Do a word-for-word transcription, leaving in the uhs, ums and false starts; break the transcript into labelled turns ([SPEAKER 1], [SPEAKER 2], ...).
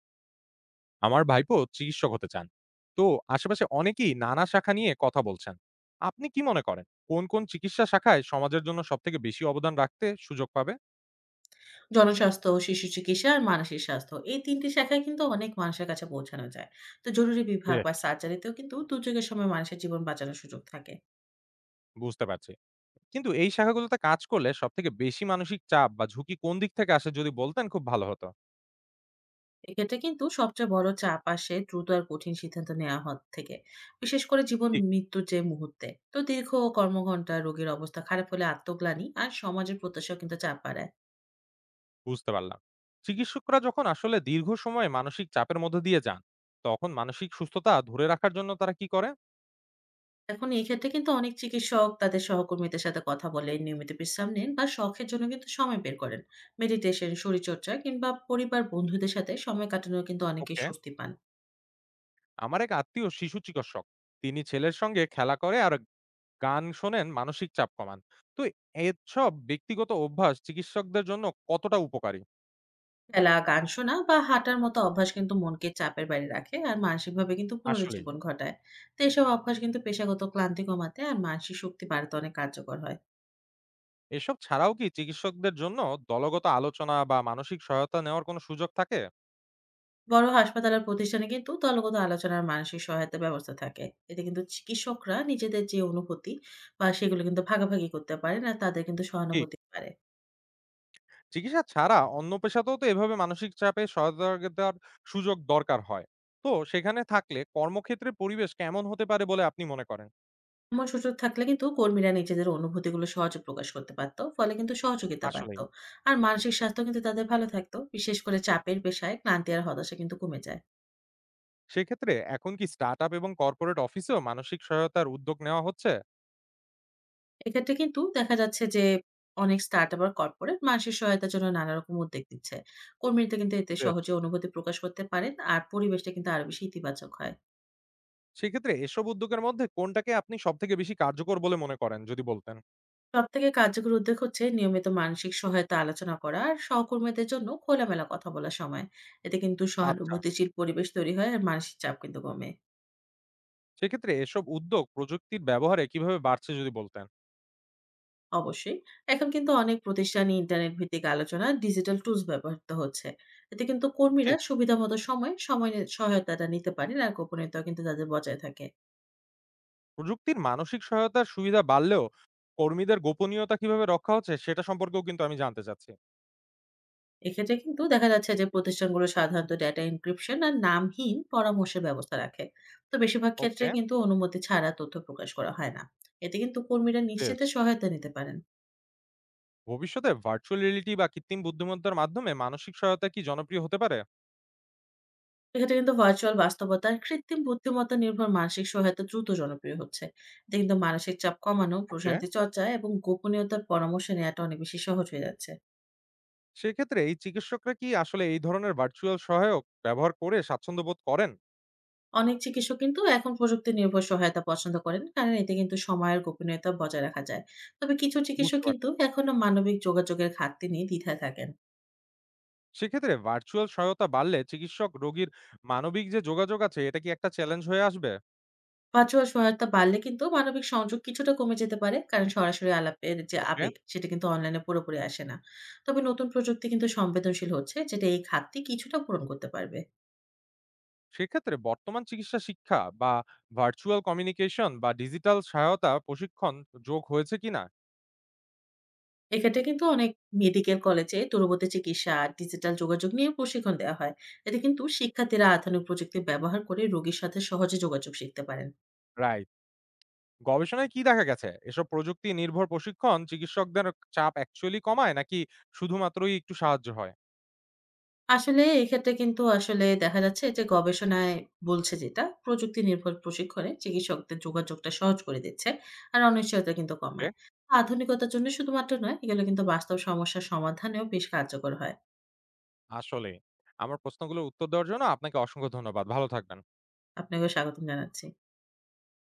[SPEAKER 1] আমার ভাইপো চিকিৎসক হতে চান। তো আশেপাশে অনেকেই নানা শাখা নিয়ে কথা বলছেন। আপনি কি মনে করেন কোন, কোন চিকিৎসা শাখায় সমাজের জন্য সবথেকে বেশি অবদান রাখতে সুযোগ পাবে?
[SPEAKER 2] জনস্বাস্থ্য, শিশু চিকিৎসা আর মানসিক স্বাস্থ্য। এই তিন টি শাখায় কিন্তু অনেক মানুষের কাছে পৌঁছানো যায়। তো জরুরি বিভাগ
[SPEAKER 1] বেশ।
[SPEAKER 2] বা সার্জারিতেও কিন্তু দুর্যোগের সময় মানুষের জীবন বাঁচানোর সুযোগ থাকে।
[SPEAKER 1] বুঝতে পারছি। কিন্তু এই শাখাগুলোতে কাজ করলে সবথেকে বেশি মানসিক চাপ বা ঝুঁকি কোন দিক থেকে আসে যদি বলতেন খুব ভালো হতো।
[SPEAKER 2] এক্ষেত্রে কিন্তু সবচেয়ে বড় চাপ আসে দ্রুত আর কঠিন সিদ্ধান্ত নেওয়া হওয়া থেকে। বিশেষ করে জীবন
[SPEAKER 1] ঠিক।
[SPEAKER 2] মৃত্যুর যে মুহূর্তে। তো দীর্ঘ কর্মঘণ্টা, রোগীর অবস্থা খারাপ হলে আত্মগ্লানি আর সমাজের প্রত্যাশাও কিন্তু চাপ বাড়ায়।
[SPEAKER 1] বুঝতে পারলাম। চিকিৎসকরা যখন আসলে দীর্ঘ সময় মানসিক চাপের মধ্য দিয়ে যান, তখন মানসিক সুস্থতা ধরে রাখার জন্য তারা কি করে?
[SPEAKER 2] এখন এই ক্ষেত্রে কিন্তু অনেক চিকিৎসক তাদের সহকর্মীদের সাথে কথা বলেন, নিয়মিত বিশ্রাম নেন বা শখের জন্য কিন্তু সময় বের করেন। মেডিটেশন, শরীরচর্চা কিংবা পরিবার বন্ধুদের সাথে সময় কাটানো কিন্তু অনেকেই
[SPEAKER 1] ওকে।
[SPEAKER 2] স্বস্তি পান।
[SPEAKER 1] আমার এক আত্মীয় শিশু চিকিৎসক। তিনি ছেলের সঙ্গে খেলা করে আর গান শোনেন, মানসিক চাপ কমান। তো এসব ব্যক্তিগত অভ্যাস চিকিৎসকদের জন্য কতটা উপকারী?
[SPEAKER 2] খেলা, গান শোনা বা হাঁটার মতো অভ্যাস কিন্তু মনকে চাপের বাইরে রাখে আর মানসিকভাবে কিন্তু
[SPEAKER 1] আসলেই।
[SPEAKER 2] পুনরুজ্জীবন ঘটায়। তো এসব অভ্যাস কিন্তু পেশাগত ক্লান্তি কমাতে আর মানসিক শক্তি বাড়াতে অনেক কার্যকর হয়।
[SPEAKER 1] এসব ছাড়াও কি চিকিৎসকদের জন্য দলগত আলোচনা বা মানসিক সহায়তা নেওয়ার কোনো সুযোগ থাকে?
[SPEAKER 2] বড় হাসপাতাল আর প্রতিষ্ঠানে কিন্তু দলগত আলোচনার মানসিক সহায়তা ব্যবস্থা থাকে। এতে কিন্তু চিকিৎসকরা নিজেদের যে অনুভূতি বা সেগুলো কিন্তু ভাগাভাগি করতে পারে না তাদের কিন্তু
[SPEAKER 1] ঠিক।
[SPEAKER 2] সহানুভূতি পারে।
[SPEAKER 1] চিকিৎসা ছাড়া অন্য পেশাতেও তো এভাবে মানসিক চাপে সহায়তা দেওয়ার সুযোগ দরকার হয়। তো সেখানে থাকলে কর্মক্ষেত্রের পরিবেশ কেমন হতে পারে বলে আপনি মনে করেন?
[SPEAKER 2] এমন সুযোগ থাকলে কিন্তু কর্মীরা নিজেদের অনুভূতিগুলো সহজে প্রকাশ করতে পারতো, ফলে কিন্তু সহযোগিতা
[SPEAKER 1] আসলেই।
[SPEAKER 2] পারতো। আর মানসিক স্বাস্থ্য কিন্তু তাদের ভালো থাকতো, বিশেষ করে চাপের পেশায় ক্লান্তি আর হতাশা কিন্তু কমে যায়।
[SPEAKER 1] সেক্ষেত্রে এখন কি স্টার্টআপ এবং কর্পোরেট অফিসেও মানসিক সহায়তার উদ্যোগ নেওয়া হচ্ছে?
[SPEAKER 2] এক্ষেত্রে কিন্তু দেখা যাচ্ছে যে অনেক স্টার্টআপ আর কর্পোরেট মানসিক সহায়তার জন্য নানা রকম উদ্যোগ দিচ্ছে। কর্মীরা কিন্তু এতে
[SPEAKER 1] বেশ।
[SPEAKER 2] সহজে অনুভূতি প্রকাশ করতে পারেন আর পরিবেশটা কিন্তু আরো বেশি ইতিবাচক হয়।
[SPEAKER 1] সেক্ষেত্রে এসব উদ্যোগের মধ্যে কোনটাকে আপনি সবথেকে বেশি কার্যকর বলে মনে করেন যদি বলতেন?
[SPEAKER 2] সব থেকে কার্যকর উদ্যোগ হচ্ছে নিয়মিত মানসিক সহায়তা আলোচনা করা আর সহকর্মীদের জন্য খোলামেলা কথা বলার সময়। এতে কিন্তু
[SPEAKER 1] আচ্ছা।
[SPEAKER 2] সহানুভূতিশীল পরিবেশ তৈরি হয় আর মানসিক চাপ কিন্তু কমে।
[SPEAKER 1] সেক্ষেত্রে এসব উদ্যোগ প্রযুক্তির ব্যবহারে কিভাবে বাড়ছে যদি বলতেন?
[SPEAKER 2] অবশ্যই। এখন কিন্তু অনেক প্রতিষ্ঠানই ইন্টারনেট ভিত্তিক আলোচনা, ডিজিটাল টুলস ব্যবহৃত হচ্ছে। এতে কিন্তু কর্মীরা
[SPEAKER 1] ঠিক।
[SPEAKER 2] সুবিধামতো সময়ে সময় নি সহায়তাটা নিতে পারেন আর গোপনীয়তাও কিন্তু তাদের বজায় থাকে।
[SPEAKER 1] প্রযুক্তির মানসিক সহায়তার সুবিধা বাড়লেও কর্মীদের গোপনীয়তা কিভাবে রক্ষা হচ্ছে সেটা সম্পর্কেও কিন্তু আমি জানতে চাচ্ছি।
[SPEAKER 2] এক্ষেত্রে কিন্তু দেখা যাচ্ছে যে প্রতিষ্ঠানগুলো সাধারণত ডেটা এনক্রিপশন আর নামহীন পরামর্শের ব্যবস্থা রাখে। তো বেশিরভাগ ক্ষেত্রে
[SPEAKER 1] ওকে,
[SPEAKER 2] কিন্তু অনুমতি ছাড়া তথ্য প্রকাশ করা হয় না। এতে কিন্তু কর্মীরা
[SPEAKER 1] বেশ।
[SPEAKER 2] নিশ্চিন্তে সহায়তা নিতে পারেন।
[SPEAKER 1] ভবিষ্যতে ভার্চুয়াল রিয়েলিটি বা কৃত্রিম বুদ্ধিমত্তার মাধ্যমে মানসিক সহায়তা কি জনপ্রিয় হতে পারে?
[SPEAKER 2] এক্ষেত্রে কিন্তু ভার্চুয়াল বাস্তবতা আর কৃত্রিম বুদ্ধিমত্তা নির্ভর মানসিক সহায়তা দ্রুত জনপ্রিয় হচ্ছে। এতে কিন্তু মানসিক চাপ কমানো,
[SPEAKER 1] ওকে।
[SPEAKER 2] প্রশান্তি চর্চা এবং গোপনীয়তার পরামর্শ নেওয়াটা অনেক বেশি সহজ হয়ে যাচ্ছে।
[SPEAKER 1] সেক্ষেত্রে এই চিকিৎসকরা কি আসলে এই ধরনের ভার্চুয়াল সহায়ক ব্যবহার করে স্বাচ্ছন্দ্য বোধ করেন?
[SPEAKER 2] অনেক চিকিৎসক কিন্তু এখন প্রযুক্তি নির্ভর সহায়তা পছন্দ করেন, কারণ এতে কিন্তু সময়ের গোপনীয়তা বজায় রাখা যায়। তবে কিছু চিকিৎসক
[SPEAKER 1] বুঝতে
[SPEAKER 2] কিন্তু
[SPEAKER 1] পারছি।
[SPEAKER 2] এখনো মানবিক যোগাযোগের ঘাটতি নিয়ে দ্বিধায় থাকেন।
[SPEAKER 1] সেক্ষেত্রে ভার্চুয়াল সহায়তা বাড়লে চিকিৎসক রোগীর মানবিক যে যোগাযোগ আছে এটা কি একটা চ্যালেঞ্জ হয়ে আসবে?
[SPEAKER 2] ভার্চুয়াল সহায়তা বাড়লে কিন্তু মানবিক সংযোগ কিছুটা কমে যেতে পারে, কারণ সরাসরি আলাপের যে
[SPEAKER 1] ওকে।
[SPEAKER 2] আবেগ সেটা কিন্তু অনলাইনে পুরোপুরি আসে না। তবে নতুন প্রযুক্তি কিন্তু সংবেদনশীল হচ্ছে, যেটা এই ঘাটতি কিছুটা পূরণ করতে পারবে।
[SPEAKER 1] সেক্ষেত্রে বর্তমান চিকিৎসা শিক্ষা বা ভার্চুয়াল কমিউনিকেশন বা ডিজিটাল সহায়তা প্রশিক্ষণ যোগ হয়েছে কিনা?
[SPEAKER 2] এক্ষেত্রে কিন্তু অনেক মেডিকেল কলেজে দূরবর্তী চিকিৎসা, ডিজিটাল যোগাযোগ নিয়ে প্রশিক্ষণ দেওয়া হয়। এতে কিন্তু শিক্ষার্থীরা আধুনিক প্রযুক্তি ব্যবহার করে রোগীর সাথে সহজে যোগাযোগ শিখতে পারেন।
[SPEAKER 1] রাইট। গবেষণায় কি দেখা গেছে এসব প্রযুক্তি নির্ভর প্রশিক্ষণ চিকিৎসকদের চাপ অ্যাকচুয়ালি কমায় নাকি শুধুমাত্রই একটু সাহায্য হয়?
[SPEAKER 2] আসলে এক্ষেত্রে কিন্তু আসলে দেখা যাচ্ছে যে গবেষণায় বলছে যেটা, প্রযুক্তি নির্ভর প্রশিক্ষণে চিকিৎসকদের যোগাযোগটা সহজ করে দিচ্ছে। আর অনিশ্চয়তা কিন্তু
[SPEAKER 1] ওকে।
[SPEAKER 2] কমায়। আধুনিকতার জন্য শুধুমাত্র নয়, এগুলো কিন্তু বাস্তব সমস্যার সমাধানেও বেশ কার্যকর হয়।
[SPEAKER 1] আসলে আমার প্রশ্নগুলোর উত্তর দেওয়ার জন্য আপনাকে অসংখ্য ধন্যবাদ, ভালো থাকবেন।
[SPEAKER 2] আপনাকেও স্বাগতম জানাচ্ছি।